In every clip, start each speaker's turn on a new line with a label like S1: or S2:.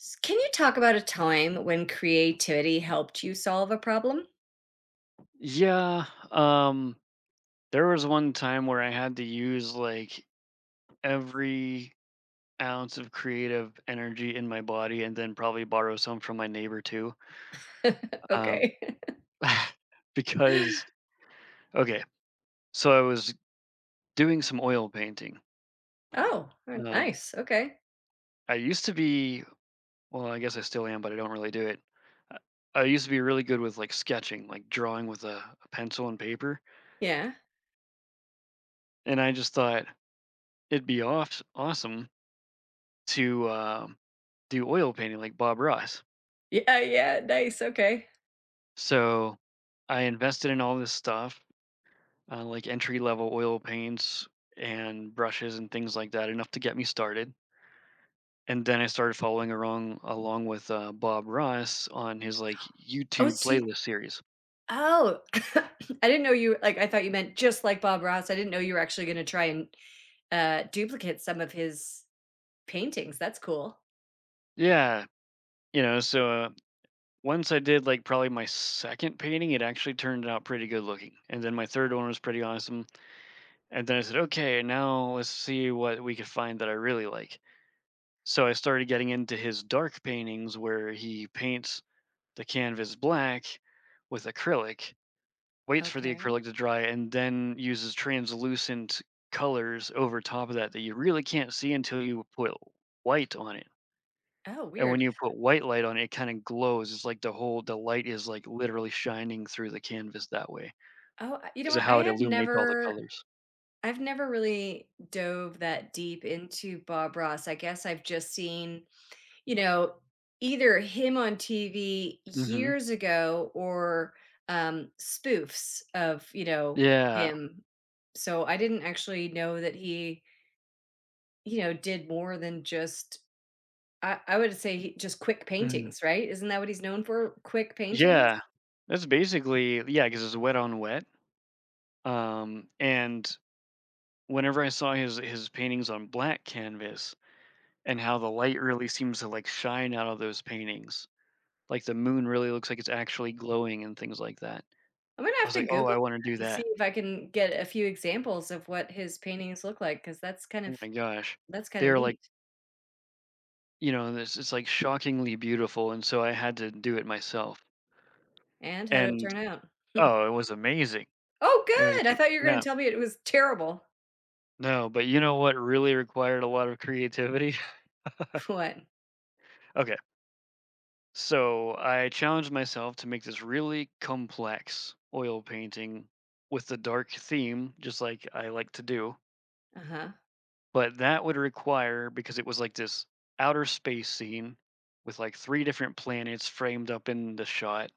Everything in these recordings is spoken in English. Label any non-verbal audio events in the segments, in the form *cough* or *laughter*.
S1: S- Can you talk about a time when creativity helped you solve a problem?
S2: Yeah, um, there was one time where I had to use like every ounce of creative energy in my body and then probably borrow some from my neighbor too.
S1: *laughs*
S2: Um,
S1: Okay.
S2: *laughs* because,
S1: *laughs*
S2: Okay, so I was doing some oil painting.
S1: Oh,
S2: Um,
S1: nice. Okay.
S2: I used to be, well, I guess I still am, but I don't really do it. Uh, I used to be really good with like sketching, like drawing with a pencil and paper.
S1: Yeah.
S2: And I just thought awesome to do oil painting like Bob Ross.
S1: Yeah, yeah, nice. Okay.
S2: So I invested in all this stuff, like entry level oil paints and brushes and things like that, enough to get me started. And then I started following along with Bob Ross on his like
S1: Oh,
S2: YouTube
S1: see.
S2: playlist series.
S1: Oh, *coughs* *laughs* I didn't know you like I thought you meant just like Bob Ross. I didn't know you were actually going to try and duplicate some of his paintings. That's cool.
S2: Yeah, you know. So once I did like probably my second painting, it actually turned out pretty good looking. And then my third one was pretty awesome. And then I said, okay, now let's see what we could find that I really like. So I started getting into his dark paintings where he paints the canvas black with acrylic, waits for the
S1: Okay.
S2: acrylic to dry, and then uses translucent colors over top of that that you really can't see until you put white on it.
S1: Oh,
S2: And
S1: weird.
S2: when you put white light on it, it kind of glows. It's like the light is like literally shining through the canvas that way
S1: Oh, I- you know
S2: because of
S1: what? I
S2: how it
S1: have
S2: illuminates all the
S1: never
S2: colors.
S1: I've never really dove that deep into Bob Ross. I guess I've just seen you know, either him on TV
S2: Hmm.
S1: years ago or spoofs of,
S2: Yeah.
S1: him. So I didn't actually know that he did more than just I would say he just quick
S2: Hmm.
S1: paintings, right? Isn't that what he's known for? Quick paintings?
S2: Yeah. That's basically yeah, because it's wet on wet. And whenever I saw his paintings on black canvas and how the light really seems to like shine out of those paintings, like the moon really looks like it's actually glowing and things like that.
S1: I'm gonna
S2: I
S1: have
S2: was
S1: to
S2: like, "Oh,
S1: Google
S2: I want to
S1: that
S2: do
S1: and see
S2: that."
S1: if I can get a few examples of what his paintings look like because that's kind
S2: Oh
S1: of
S2: my gosh.
S1: that's kinda
S2: They're like,
S1: neat.
S2: this it's like shockingly beautiful and so I had to do it myself.
S1: And how did it
S2: And
S1: turn out?
S2: oh, it was amazing.
S1: Oh,
S2: It was
S1: good! I
S2: gr-
S1: thought you were gonna
S2: yeah.
S1: tell me it was terrible.
S2: No, but what really required a lot of creativity? *laughs*
S1: *laughs* What?
S2: Okay. So I challenged myself to make this really complex oil painting with the dark theme, just like I like to do.
S1: Uh-huh.
S2: But that would require, because it was like this outer space scene with like three different planets framed up in the shot.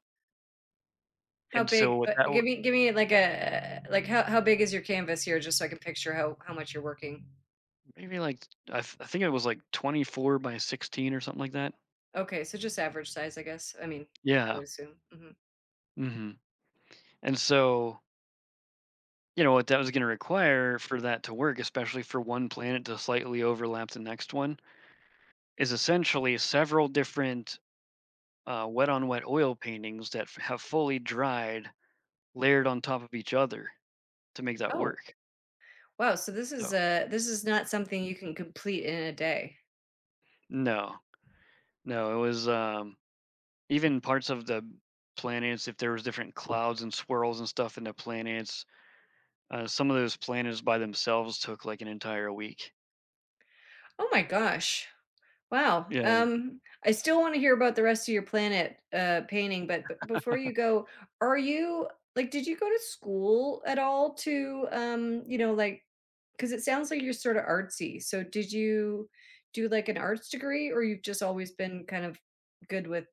S1: How
S2: And so
S1: big
S2: with
S1: uh,
S2: that,
S1: give me give me like a like how big is your canvas here just so I can picture how much you're working?
S2: maybe like, I think it was like 24 by 16 or something like that.
S1: Okay, so just average size, I guess. I mean, I
S2: Yeah.
S1: would assume. Mhm.
S2: Hmm. And so, what that was going to require for that to work, especially for one planet to slightly overlap the next one is essentially several different wet on wet oil paintings that have fully dried layered on top of each other to make that
S1: Oh,
S2: work.
S1: wow. So this is
S2: So
S1: uh this is not something you can complete in a day.
S2: no, no, it was even parts of the planets. If there was different clouds and swirls and stuff in the planets, some of those planets by themselves took like an entire week.
S1: Oh my gosh. Wow.
S2: Yeah,
S1: I still wanna hear about the rest of your planet painting, but b before you go, are you like, did you go to school at all to, you know, like? Because it sounds like you're sorta artsy, so did you do, like, an arts degree, or you've just always been kind of good with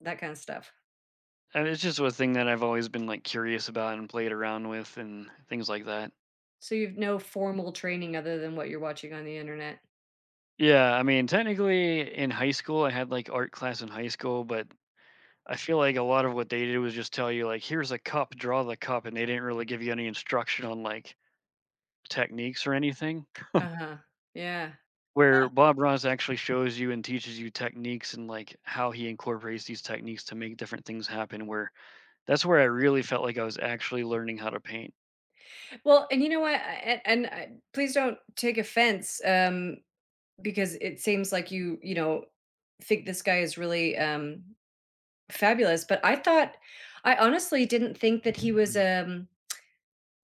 S1: that kinda stuff?
S2: and it's just a thing that I've always been like curious about and played around with and things like that.
S1: So you've no formal training other than what you're watching on the internet?
S2: Yeah, I mean, technically in high school, I had like art class in high school, but I feel like a lot of what they did was just tell you like, here's a cup, draw the cup, and they didn't really give you any instruction on like techniques or anything.
S1: Uh-huh. Yeah. Huh.
S2: Where Bob Ross actually shows you and teaches you techniques and like how he incorporates these techniques to make different things happen. Where that's where I really felt like I was actually learning how to paint.
S1: Well, and you know what? I and I please don't take offense, because it seems like you know, think this guy is really, fabulous, but I honestly didn't think that he was,
S2: Mhm.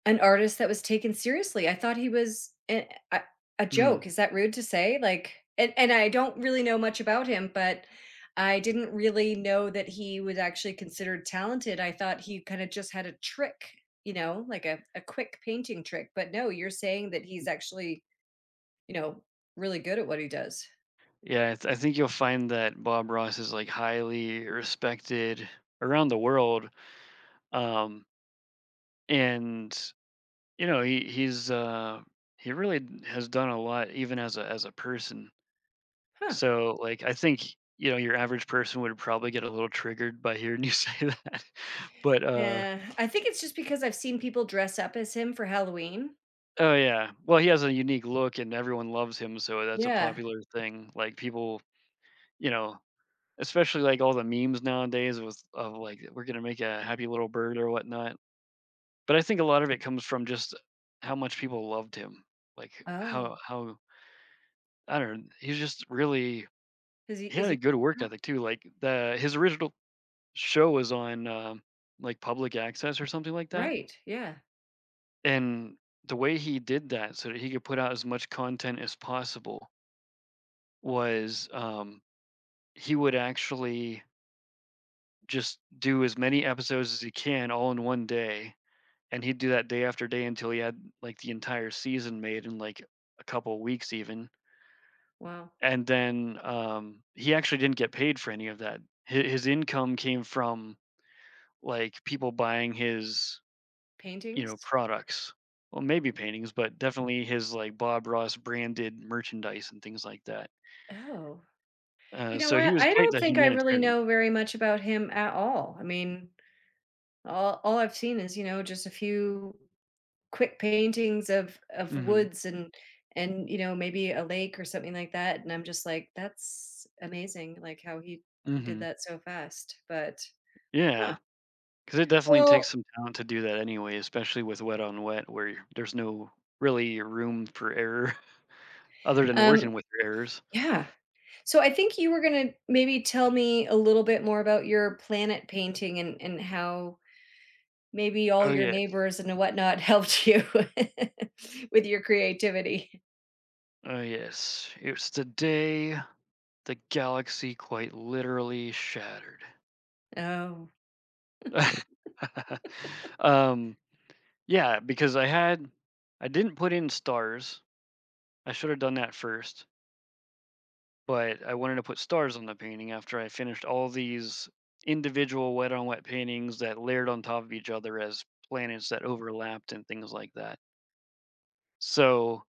S1: an artist that was taken seriously. I thought he was a a
S2: Mm.
S1: joke. Is that rude to say? Like and I don't really know much about him, but I didn't really know that he was actually considered talented. I thought he kinda just had a trick, you know, like a quick painting trick, but no, you're saying that he's actually, you know, really good at what he does.
S2: Yeah, I think you'll find that Bob Ross is like highly respected around the world. Um, and he's he really has done a lot even as a person.
S1: Huh.
S2: So like I think your average person would probably get a little triggered by hearing you *laughs* say that, but
S1: Yeah, I think it's just because I've seen people dress up as him for Halloween.
S2: oh yeah, well, he has a unique look and everyone loves him, so that's a
S1: Yeah.
S2: popular thing. Like people, you know especially like all the memes nowadays with of like we're gonna make a happy little bird or whatnot. But I think a lot of it comes from just how much people loved him. Like how
S1: Oh,
S2: how I don't know, he's just really.
S1: is he
S2: He
S1: is
S2: had
S1: he
S2: a good work
S1: out?
S2: ethic too, like, the his original show was on, like, public access or something like that,
S1: Right, yeah.
S2: and the way he did that so that he could put out as much content as possible was, he would actually just do as many episodes as he can all in one day, and he'd do that day after day until he had, like, the entire season made in, like, a couple of weeks even,
S1: Wow.
S2: and then, he actually didn't get paid for any of that. Hi His income came from like people buying his,
S1: Paintings?
S2: products. Well, maybe paintings, but definitely his like Bob Ross branded merchandise and things like that.
S1: Oh. You know
S2: So he
S1: what?
S2: was
S1: I
S2: quite
S1: don't
S2: the
S1: think I really
S2: humanitarian.
S1: know very much about him at all. I mean, all I've seen is, you know, just a few quick paintings of
S2: Hmm.
S1: woods and you know, maybe a lake or something like that, and I'm just like, "That's amazing," like, how he did
S2: Hmm.
S1: that so fast, but Huh.
S2: Yeah, because it definitely
S1: Well,
S2: takes some talent to do that anyway, especially with wet on wet, where there's no really room for error *laughs* other than
S1: um
S2: working with your errors.
S1: yeah. So I think you were gonna maybe tell me a little bit more about your planet painting and how maybe all
S2: Oh
S1: your
S2: yes,
S1: neighbors and whatnot helped you *laughs* with your creativity.
S2: oh yes. It was the day the galaxy quite literally shattered.
S1: Oh,
S2: *laughs* um, Yeah, because I didn't put in stars. I should have done that first, but I wanted to put stars on the painting after I finished all these individual wet on wet paintings that layered on top of each other as planets that overlapped and things like that. So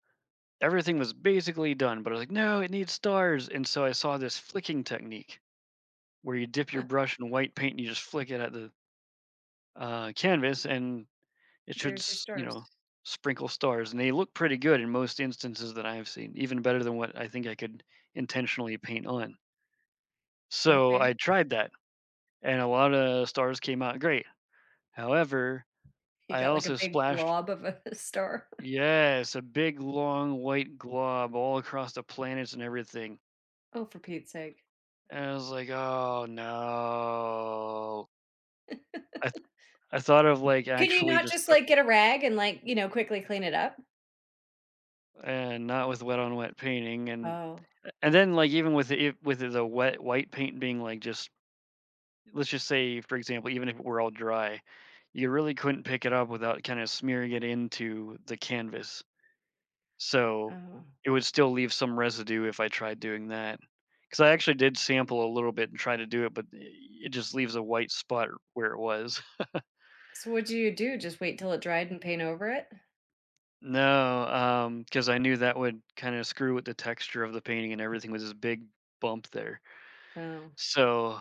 S2: everything was basically done, but I was like, no, it needs stars. And so I saw this flicking technique where you dip your
S1: huh,
S2: brush in white paint and you just flick it at the canvas, and it should,
S1: there's your
S2: s you
S1: stars.
S2: know, sprinkle stars, and they look pretty good in most instances that I have seen, even better than what I think I could intentionally paint on. So
S1: Okay.
S2: I tried that, and a lot of stars came out great. However,
S1: You
S2: I
S1: got like a
S2: also
S1: big
S2: splashed
S1: blob of a *laughs* star.
S2: yes, a big, long, white glob all across the planets and everything,
S1: Oh, for Pete's sake.
S2: and I was like, "Oh, no." I th I thought of, like,
S1: Could you
S2: actually
S1: not
S2: just
S1: just
S2: thro
S1: like get a rag and like, you know, quickly clean it up?
S2: and not with wet on wet painting, and
S1: Oh,
S2: And then, like, even with the it with the wet white paint being, like, just let's just say, for example, even if it were all dry, you really couldn't pick it up without kinda smearing it into the canvas. So,
S1: oh.
S2: it would still leave some residue if I tried doing that. Because I actually did sample a little bit and try to do it, but it just leaves a white spot where it was. *laughs*
S1: So what do you do? Just wait till it dried and paint over it?
S2: No, because I knew that would kinda screw with the texture of the painting and everything with this big bump there.
S1: Oh,
S2: So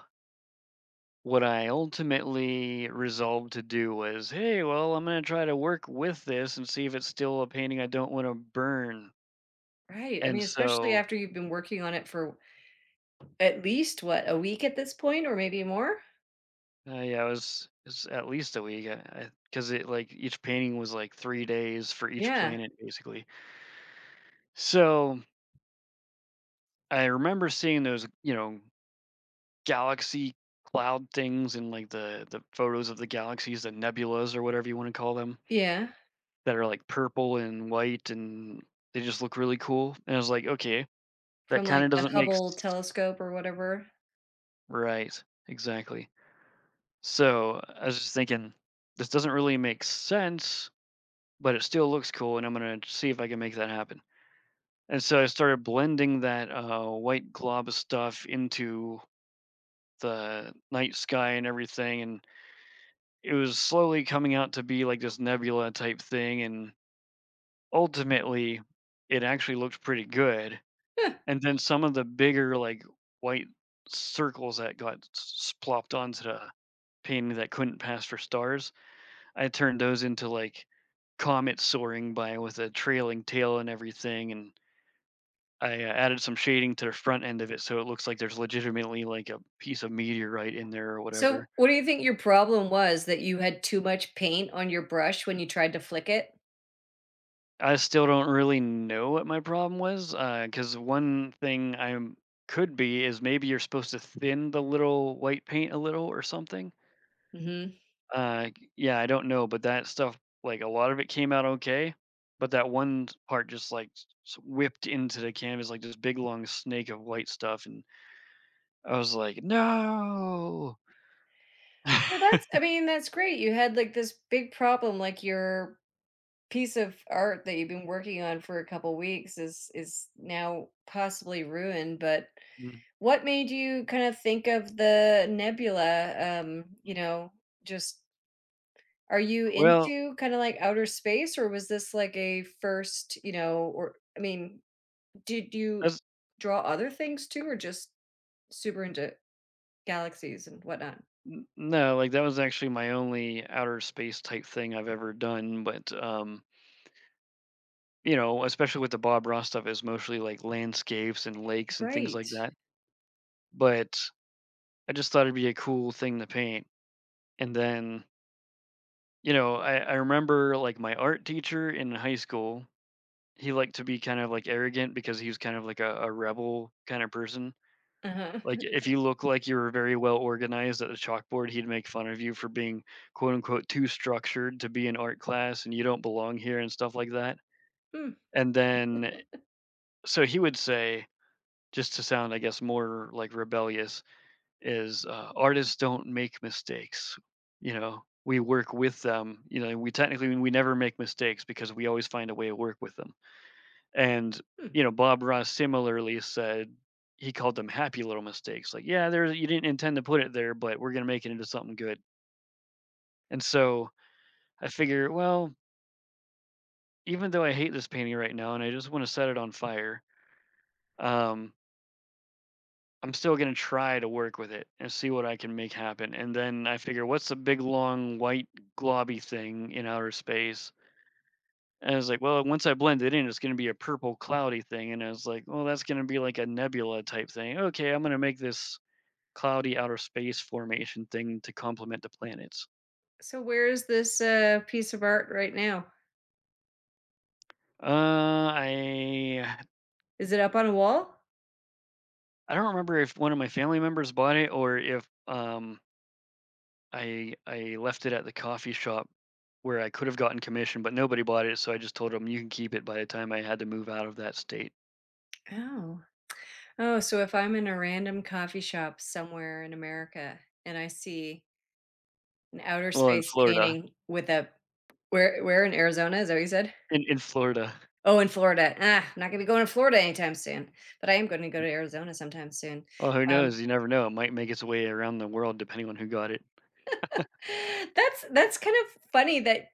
S2: what I ultimately resolved to do was, hey, well, I'm going to try to work with this and see if it's still a painting I don't want to burn.
S1: right. I
S2: And
S1: mean, especially
S2: so,
S1: after you've been working on it for At least, what, a week at this point or maybe more?
S2: yeah, it's at least a week because it like each painting was like 3 days for each
S1: Yeah,
S2: planet, basically. So I remember seeing those, galaxy cloud things and like the photos of the galaxies, the nebulas or whatever you want to call them,
S1: yeah,
S2: that are like purple and white and they just look really cool. And I was like, okay,
S1: from,
S2: That
S1: like,
S2: kinda
S1: the
S2: doesn't make s
S1: Hubble telescope or whatever.
S2: right, exactly. So, I was just thinking, this doesn't really make sense, but it still looks cool, and I'm gonna see if I can make that happen. And so I started blending that, white glob stuff into the night sky and everything, and it was slowly coming out to be like this nebula type thing, and ultimately, it actually looked pretty good.
S1: Huh.
S2: And then some of the bigger, like, white circles that got s s plopped onto the paintings that couldn't pass for stars. I turned those into like comets soaring by with a trailing tail and everything, and I added some shading to the front end of it so it looks like there's legitimately like a piece of meteorite in there or
S1: So,
S2: whatever.
S1: what do you think your problem was, that you had too much paint on your brush when you tried to flick it?
S2: I still don't really know what my problem was because one thing I could be is maybe you're supposed to thin the little white paint a little or something.
S1: Mhm.
S2: Uh, yeah, I don't know, but that stuff, like a lot of it came out okay, but that one part just whipped into the canvas like this big long snake of white stuff, and I was like, no.
S1: Well, that's I
S2: *laughs*
S1: mean, that's great, you had, like, this big problem, like, your piece of art that you've been working on for a couple weeks is now possibly ruined, but
S2: Mm.
S1: what made you kinda think of the nebula, you know, just Are you
S2: Well,
S1: into kinda like outer space, or was this like a first, you know, or I mean, did you
S2: that's
S1: draw other things too, or just super into galaxies and whatnot?
S2: no, like that was actually my only outer space type thing I've ever done, but you know, especially with the Bob Ross stuff, is mostly like landscapes and lakes and things
S1: Right.
S2: like that. But I just thought it'd be a cool thing to paint, and then I remember like my art teacher in high school, he liked to be kind of like arrogant because he was kind of like a rebel kind of person.
S1: Uh-huh.
S2: Like
S1: *laughs*
S2: if you look like you were very well organized at the chalkboard, he'd make fun of you for being quote unquote too structured to be in art class and you don't belong here and stuff like that.
S1: Hmm,
S2: And then so he would say, just to sound, I guess, more like rebellious, is, artists don't make mistakes, you know? We work with them, you know, we technically we never make mistakes because we always find a way to work with them. And,
S1: hmm.
S2: you know, Bob Ross similarly said he called them happy little mistakes. Like, yeah, there you didn't intend to put it there, but we're gonna make it into something good. And so I figure, well, even though I hate this painting right now and I just want to set it on fire, um, I'm still gonna try to work with it and see what I can make happen. And then I figure, what's the big long white globby thing in outer space? And I was like, well, once I blend it in, it's gonna be a purple cloudy thing. And I was like, well, that's gonna be like a nebula type thing. Okay, I'm gonna make this cloudy outer space formation thing to complement the planets.
S1: So where is this piece of art right now?
S2: Uh, I
S1: Is it up on a wall?
S2: I don't remember if one of my family members bought it or if I left it at the coffee shop where I could have gotten commission, but nobody bought it, so I just told them "You can keep it," by the time I had to move out of that state.
S1: Oh. Oh, so if I'm in a random coffee shop somewhere in America and I see an outer
S2: Well, in
S1: space
S2: Florida.
S1: painting with a where in Arizona, is that what you said?
S2: In Florida.
S1: Oh, in Florida. Ah, I'm not gonna be going to Florida anytime soon, but I am gonna go to Arizona sometime soon.
S2: Well, who
S1: Um,
S2: knows? You never know, it might make its way around the world depending on who got it.
S1: *gasps* *laughs* that's kind of funny that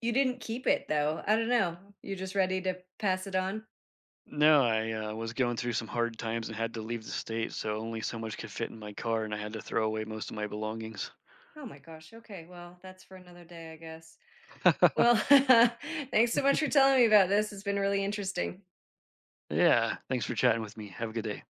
S1: you didn't keep it though. I don't know. You're just ready to pass it on?
S2: No, I, was going through some hard times and had to leave the state, so only so much could fit in my car, and I had to throw away most of my belongings.
S1: Oh my gosh. Okay. Well, that's for another day, I guess. Well, *laughs*
S2: *laughs*
S1: thanks so much for telling me about this. It's been really interesting.
S2: Yeah, thanks for chatting with me. Have a good day.